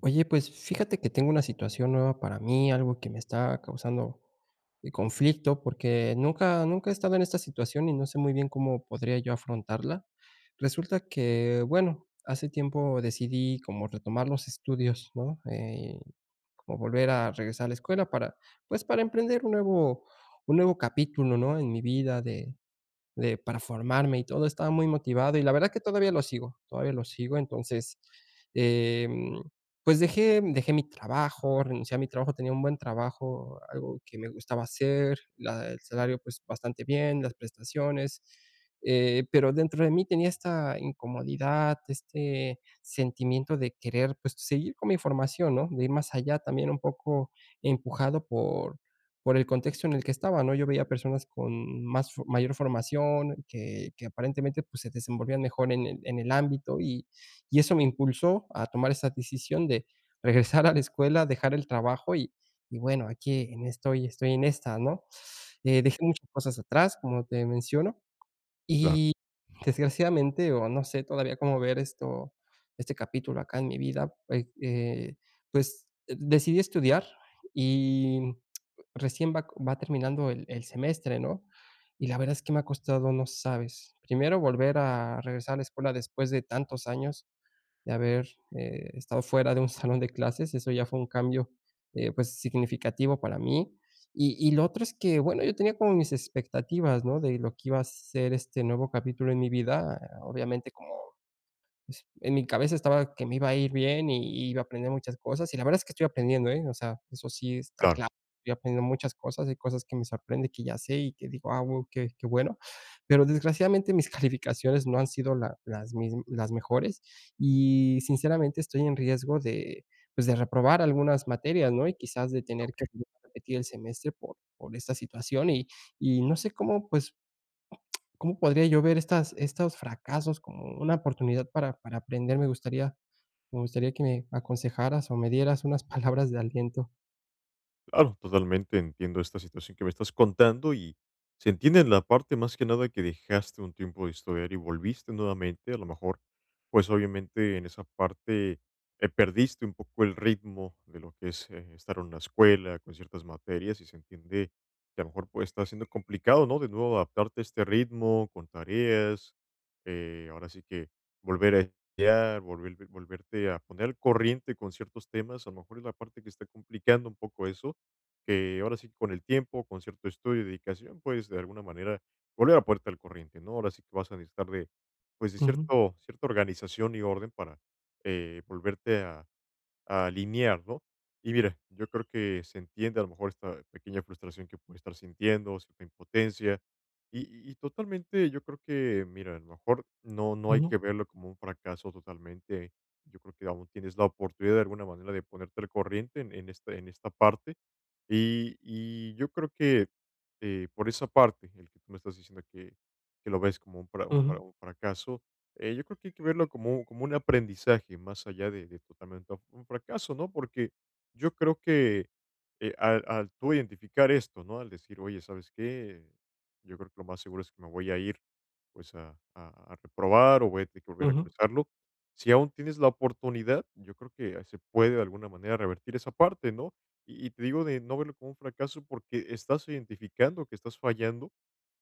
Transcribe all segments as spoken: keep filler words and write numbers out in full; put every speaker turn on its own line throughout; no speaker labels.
Oye, pues fíjate que tengo una situación nueva para mí, algo que me está causando eh, conflicto, porque nunca, nunca he estado en esta situación y no sé muy bien cómo podría yo afrontarla. Resulta que, bueno, hace tiempo decidí como retomar los estudios, ¿no? Eh, como volver a regresar a la escuela para, pues, para emprender un nuevo, un nuevo capítulo, ¿no? En mi vida de para formarme y todo, estaba muy motivado, y la verdad que todavía lo sigo, todavía lo sigo. Entonces, em, pues dejé dejé mi trabajo, renuncié a mi trabajo, tenía un buen trabajo, algo que me gustaba hacer, la el salario, pues, bastante bien, las prestaciones, eh, pero dentro de mí tenía esta incomodidad, este sentimiento de querer, pues, seguir con mi formación, ¿no? De ir más allá, también un poco empujado por por el contexto en el que estaba, ¿no? Yo veía personas con más fo mayor formación, que que aparentemente, pues, se desenvolvían mejor en el en el ámbito, y y eso me impulsó a tomar esa decisión de regresar a la escuela, dejar el trabajo y y bueno, aquí en estoy estoy en esta, ¿no? Eh, dejé muchas cosas atrás, como te menciono,
Claro,
y desgraciadamente, o no sé todavía cómo ver esto, este capítulo acá en mi vida, eh eh, pues, eh, decidí estudiar y recién va va terminando el el semestre, ¿no? Y la verdad es que me ha costado, no sabes. Primero, volver a regresar a la escuela después de tantos años de haber eh, estado fuera de un salón de clases. Eso ya fue un cambio eh, pues significativo para mí. Y, y lo otro es que, bueno, yo tenía como mis expectativas, ¿no? De lo que iba a ser este nuevo capítulo en mi vida, obviamente como pues, en mi cabeza estaba que me iba a ir bien y iba a aprender muchas cosas, y la verdad es que estoy aprendiendo, ¿eh? O sea, eso sí está
claro.
claro, estoy aprendiendo muchas cosas, hay cosas que me sorprende que ya sé y que digo: "Ah, guau, qué qué bueno", pero desgraciadamente mis calificaciones no han sido la las mism las mejores y sinceramente estoy en riesgo de, pues, de reprobar algunas materias, ¿no? Y quizás de tener que volver a repetir el semestre por por esta situación y y no sé cómo, pues, ¿cómo podría yo ver estas estos fracasos como una oportunidad para para aprender? Me gustaría, me gustaría que me aconsejaras o me dieras unas palabras de aliento.
Claro, totalmente entiendo esta situación que me estás contando y se entiende en la parte más que nada que dejaste un tiempo de estudiar y volviste nuevamente. A lo mejor, pues obviamente en esa parte eh, perdiste un poco el ritmo de lo que es eh, estar en una escuela con ciertas materias, y se entiende que a lo mejor, pues, está siendo complicado, ¿no? De nuevo adaptarte a este ritmo con tareas. Eh, ahora sí que volver a estudiar, volver, volverte a poner al corriente con ciertos temas. A lo mejor es la parte que está complicando un poco eso, que ahora sí que con el tiempo, con cierto estudio y dedicación, pues, de alguna manera volver a ponerte al corriente, ¿no? Ahora sí que vas a necesitar de, pues, de
Ujú,
cierto cierta organización y orden para, eh, volverte a a alinear, ¿no? Y mira, yo creo que se entiende a lo mejor esta pequeña frustración que puede estar sintiendo, cierta impotencia, y y y totalmente yo creo que, mira, a lo mejor no no hay
ujú,
que verlo como un fracaso totalmente. Yo creo que aún tienes la oportunidad de alguna manera de ponerte al corriente en en esta en esta parte, y y yo creo que, eh, por esa parte, el que tú me estás diciendo que que lo ves como un fra un
ujú,
fra un fracaso, eh, yo creo que hay que verlo como como un aprendizaje, más allá de de totalmente un fracaso, ¿no? Porque yo creo que, eh, al al tú identificar esto, ¿no? Al decir: "Oye, ¿sabes qué? Yo creo que lo más seguro es que me voy a ir, pues, a a a reprobar o voy a tener que volver a
ujú,
cursarlo". Si aún tienes la oportunidad, yo creo que se puede de alguna manera revertir esa parte, ¿no? Y y te digo de no verlo como un fracaso porque estás identificando que estás fallando.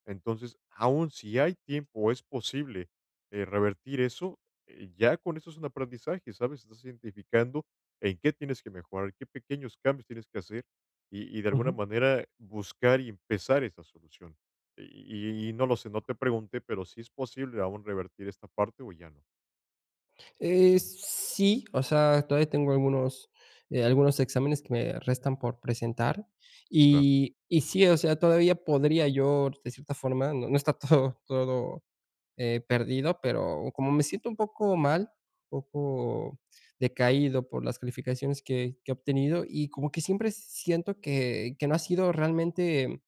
Entonces, aún si hay tiempo es posible, eh, revertir eso. Eh, ya con eso es un aprendizaje, ¿sabes? Estás identificando en qué tienes que mejorar, qué pequeños cambios tienes que hacer y y de alguna
ujú.
manera buscar y empezar esa solución. Y y no lo sé, no te pregunté, pero, ¿si es posible aún revertir esta parte o ya no?
Eh, sí, o sea, todavía tengo algunos, eh, algunos exámenes que me restan por presentar
Claro,
y y sí, o sea, todavía podría yo, de cierta forma, no no está todo todo eh, perdido, pero como me siento un poco mal, un poco decaído por las calificaciones que que he obtenido y como que siempre siento que que no ha sido realmente,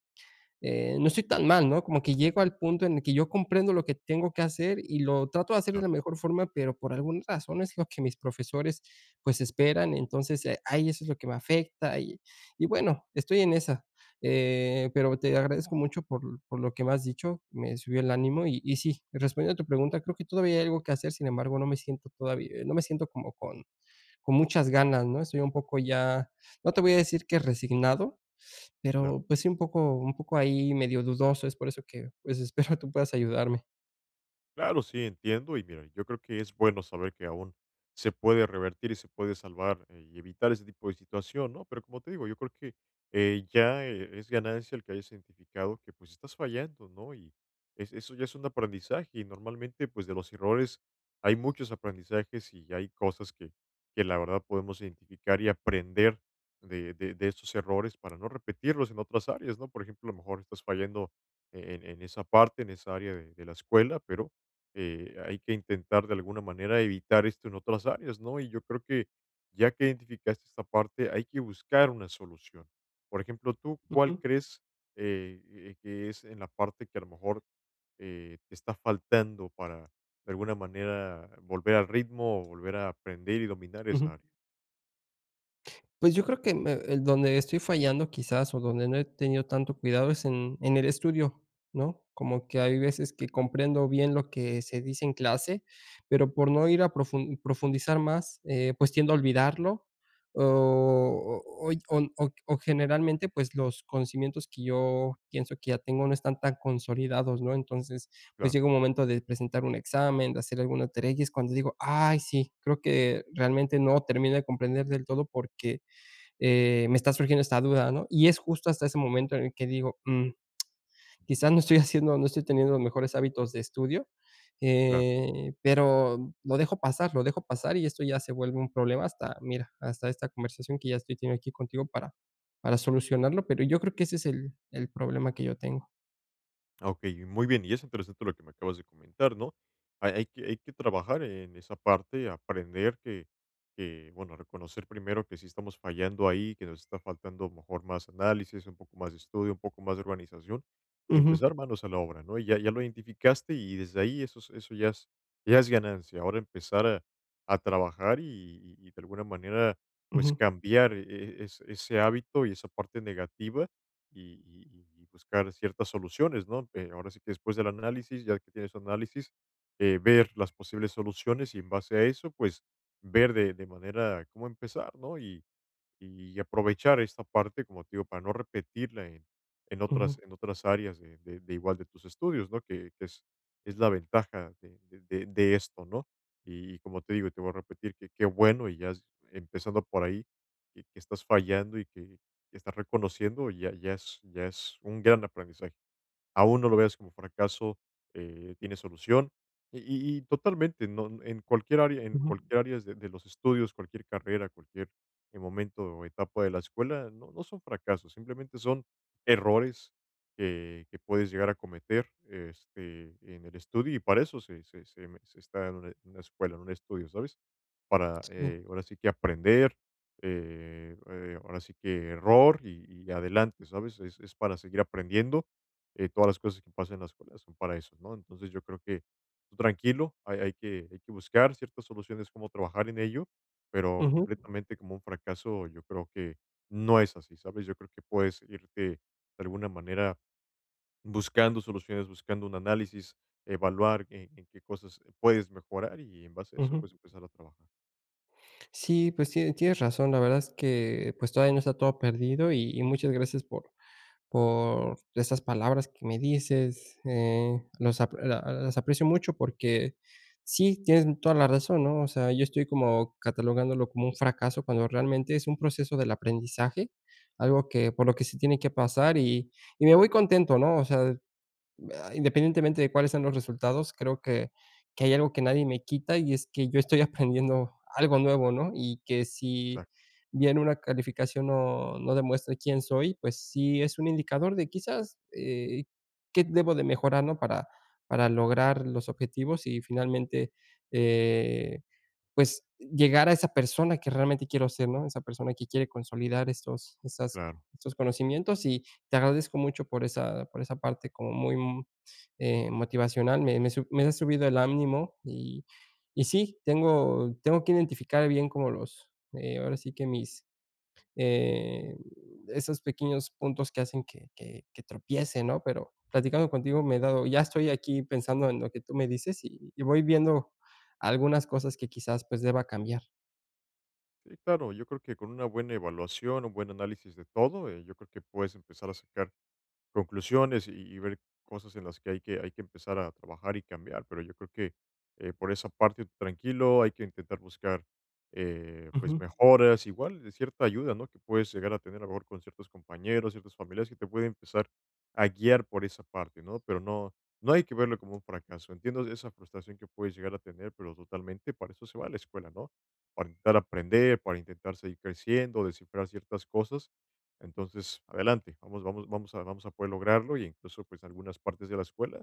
eh, no estoy tan mal, ¿no? Como que llego al punto en el que yo comprendo lo que tengo que hacer y lo trato de hacer de
claro.
la mejor forma, pero por alguna razón es lo que mis profesores pues esperan. Entonces, eh, ahí eso es lo que me afecta y, y bueno, estoy en esa. Eh, pero te agradezco mucho por, por lo que me has dicho, me subió el ánimo y, y sí, respondiendo a tu pregunta, creo que todavía hay algo que hacer, sin embargo, no me siento todavía, no me siento como con, con muchas ganas, ¿no? Estoy un poco ya, no te voy a decir que resignado,
Claro.
pero, pues sí, un poco un poco ahí medio dudoso, es por eso que, pues, espero tú puedas ayudarme.
Claro, sí, entiendo. Y mira, yo creo que es bueno saber que aún se puede revertir y se puede salvar, eh, y evitar ese tipo de situación, ¿no? Pero como te digo, yo creo que eh, ya eh, es ganancia el que hayas identificado que pues estás fallando, ¿no? Y es- eso ya es un aprendizaje, y normalmente pues de los errores hay muchos aprendizajes y hay cosas que, que la verdad podemos identificar y aprender de, de, de estos errores para no repetirlos en otras áreas, ¿no? Por ejemplo, a lo mejor estás fallando en, en esa parte, en esa área de de la escuela, pero eh, hay que intentar de alguna manera evitar esto en otras áreas, ¿no? Y yo creo que ya que identificaste esta parte, hay que buscar una solución. Por ejemplo, ¿tú cuál
Ujú,
crees eh, eh, que es en la parte que a lo mejor eh, te está faltando para de alguna manera volver al ritmo o volver a aprender y dominar
ujú.
esa área?
Pues yo creo que me el donde estoy fallando quizás, o donde no he tenido tanto cuidado es en en el estudio, ¿no? Como que hay veces que comprendo bien lo que se dice en clase, pero por no ir a profun profundizar más, eh, pues tiendo a olvidarlo, o o oy o o generalmente, pues, los conocimientos que yo pienso que ya tengo no están tan consolidados, ¿no? Entonces, pues,
Claro,
llega un momento de presentar un examen, de hacer alguna tarea, y es cuando digo: "Ay, sí, creo que realmente no termino de comprender del todo", porque eh, me está surgiendo esta duda, ¿no? Y es justo hasta ese momento en el que digo, mm, quizás no estoy haciendo, no estoy teniendo los mejores hábitos de estudio,
claro.
eh, pero lo dejo pasar, lo dejo pasar y esto ya se vuelve un problema hasta, mira, hasta esta conversación que ya estoy teniendo aquí contigo para, para solucionarlo, pero yo creo que ese es el, el problema que yo tengo.
Ah, muy bien, y es interesante lo que me acabas de comentar, ¿no? Hay hay que hay que trabajar en esa parte, aprender que que, bueno, reconocer primero que sí estamos fallando ahí, que nos está faltando a lo mejor más análisis, un poco más de estudio, un poco más de organización, y
Ujú,
empezar manos a la obra, ¿no? Y ya ya lo identificaste, y desde ahí eso es eso ya es ya es ganancia. Ahora empezar a a trabajar y y y de alguna manera, pues,
ujú,
cambiar e e ese hábito y esa parte negativa y y y buscar ciertas soluciones, ¿no? Eh, ahora sí que después del análisis, ya que tienes análisis, eh, ver las posibles soluciones, y en base a eso, pues, ver de de manera cómo empezar, ¿no? Y y aprovechar esta parte, como te digo, para no repetirla en, en
ujú,
otras, en otras áreas de, de- de igual de tus estudios, ¿no? Que, que es, es la ventaja de, de- de- de esto, ¿no? Y, como te digo, te voy a repetir que qué bueno, y ya es- empezando por ahí, que, que estás fallando y que, que estás reconociendo, ya, ya, es, ya es un gran aprendizaje. Aún no lo veas como fracaso, eh, tiene solución. Y, y- y totalmente, no, en cualquier área, en
ujú,
cualquier área de, de los estudios, cualquier carrera, cualquier eh, momento o etapa de la escuela, no, no son fracasos, simplemente son errores que, que puedes llegar a cometer, este, en el estudio, y para eso se, se- se- se está en una, en una escuela, en un estudio, ¿sabes? Para
sí,
eh, ahora sí que aprender, eh, eh, ahora sí que error y, y adelante, ¿sabes? Es, es para seguir aprendiendo, eh, todas las cosas que pasan en la escuela son para eso, ¿no? Entonces yo creo que tú tranquilo, hay, hay que, hay que buscar ciertas soluciones, cómo trabajar en ello, pero
ujú,
completamente como un fracaso, yo creo que no es así, ¿sabes? Yo creo que puedes irte de alguna manera buscando soluciones, buscando un análisis, evaluar en, en qué cosas puedes mejorar, y en base a eso,
ujú.
pues empezar a trabajar.
Sí, pues tie- tienes razón, la verdad es que pues todavía no está todo perdido y, y muchas gracias por, por esas palabras que me dices, eh, los ap la las aprecio mucho porque sí, tienes toda la razón, ¿no? O sea, yo estoy como catalogándolo como un fracaso cuando realmente es un proceso del aprendizaje, algo que por lo que se tiene que pasar y y me voy contento, ¿no? O sea, ah, independientemente de cuáles sean los resultados, creo que que hay algo que nadie me quita, y es que yo estoy aprendiendo algo nuevo, ¿no? Y que si
Exacto,
bien una calificación no no demuestra quién soy, pues sí es un indicador de quizás, eh, qué debo de mejorar, ¿no? Para para lograr los objetivos y finalmente, eh, pues llegar a esa persona que realmente quiero ser, ¿no? Esa persona que quiere consolidar estos esas,
claro.
estos conocimientos y te agradezco mucho por esa, por esa parte como muy, mm, eh, motivacional, me me su me has subido el ánimo y y sí, tengo tengo que identificar bien como los, eh, ahora sí que mis, eh, esos pequeños puntos que hacen que que que tropiece, ¿no? Pero platicando contigo me he dado, ya estoy aquí pensando en lo que tú me dices y y voy viendo algunas cosas que quizás, pues, deba cambiar.
Sí, claro, yo creo que con una buena evaluación, un buen análisis de todo, eh, yo creo que puedes empezar a sacar conclusiones y y ver cosas en las que hay que hay que empezar a trabajar y cambiar, pero yo creo que, eh, por esa parte tranquilo, hay que intentar buscar, eh, pues,
Ujú,
mejoras, igual de cierta ayuda, ¿no?, que puedes llegar a tener a lo mejor con ciertos compañeros, ciertas familias que te pueden empezar a guiar por esa parte, ¿no?, pero no no hay que verlo como un fracaso. Entiendo esa frustración que puedes llegar a tener, pero totalmente para eso se va a la escuela, ¿no?, para intentar aprender, para intentar seguir creciendo, descifrar ciertas cosas. Entonces, adelante, vamos, vamos, vamos a, vamos a poder lograrlo. Y incluso, pues, algunas partes de la escuela,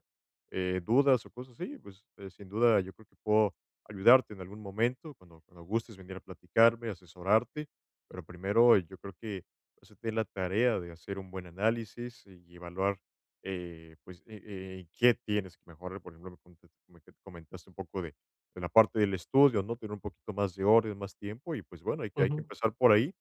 eh, dudas o cosas así, pues, eh, sin duda yo creo que puedo ayudarte en algún momento, cuando, cuando gustes venir a platicarme, asesorarte, pero primero eh, yo creo que hazte la tarea de hacer un buen análisis y evaluar eh, pues eh, eh, qué tienes que mejorar. Por ejemplo, me contaste, me que- comentaste un poco de, de la parte del estudio, ¿no? Tener un poquito más de orden, más tiempo, y pues bueno, hay que, hay que
ujú.
empezar por ahí,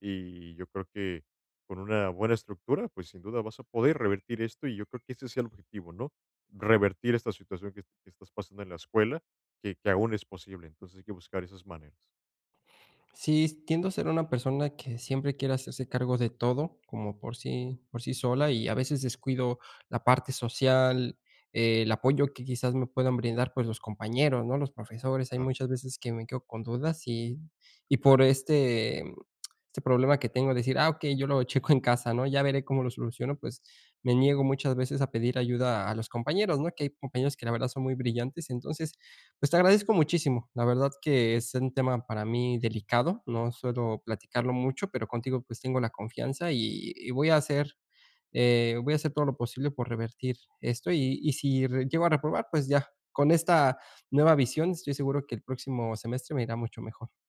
y yo creo que con una buena estructura, pues sin duda vas a poder revertir esto, y yo creo que ese es el objetivo, ¿no? Revertir esta situación que, est- que estás pasando en la escuela, que, que aún es posible. Entonces hay que buscar esas maneras.
Sí, tiendo a ser una persona que siempre quiere hacerse cargo de todo, como por sí por sí sola, y a veces descuido la parte social, eh, el apoyo que quizás me puedan brindar, pues, los compañeros, ¿no?, los profesores. Hay
Claro.
muchas veces que me quedo con dudas y y por este mm, este problema que tengo, decir: "Ah, okey, yo lo checo en casa, ¿no? Ya veré cómo lo soluciono". Pues, me niego muchas veces a pedir ayuda a los compañeros, ¿no? Que hay compañeros que la verdad son muy brillantes. Entonces, pues te agradezco muchísimo. La verdad que es un tema para mí delicado, no suelo platicarlo mucho, pero contigo pues tengo la confianza y, y voy a hacer, eh, voy a hacer todo lo posible por revertir esto y, y si re- llego a reprobar, pues ya, con esta nueva visión estoy seguro que el próximo semestre me irá mucho mejor.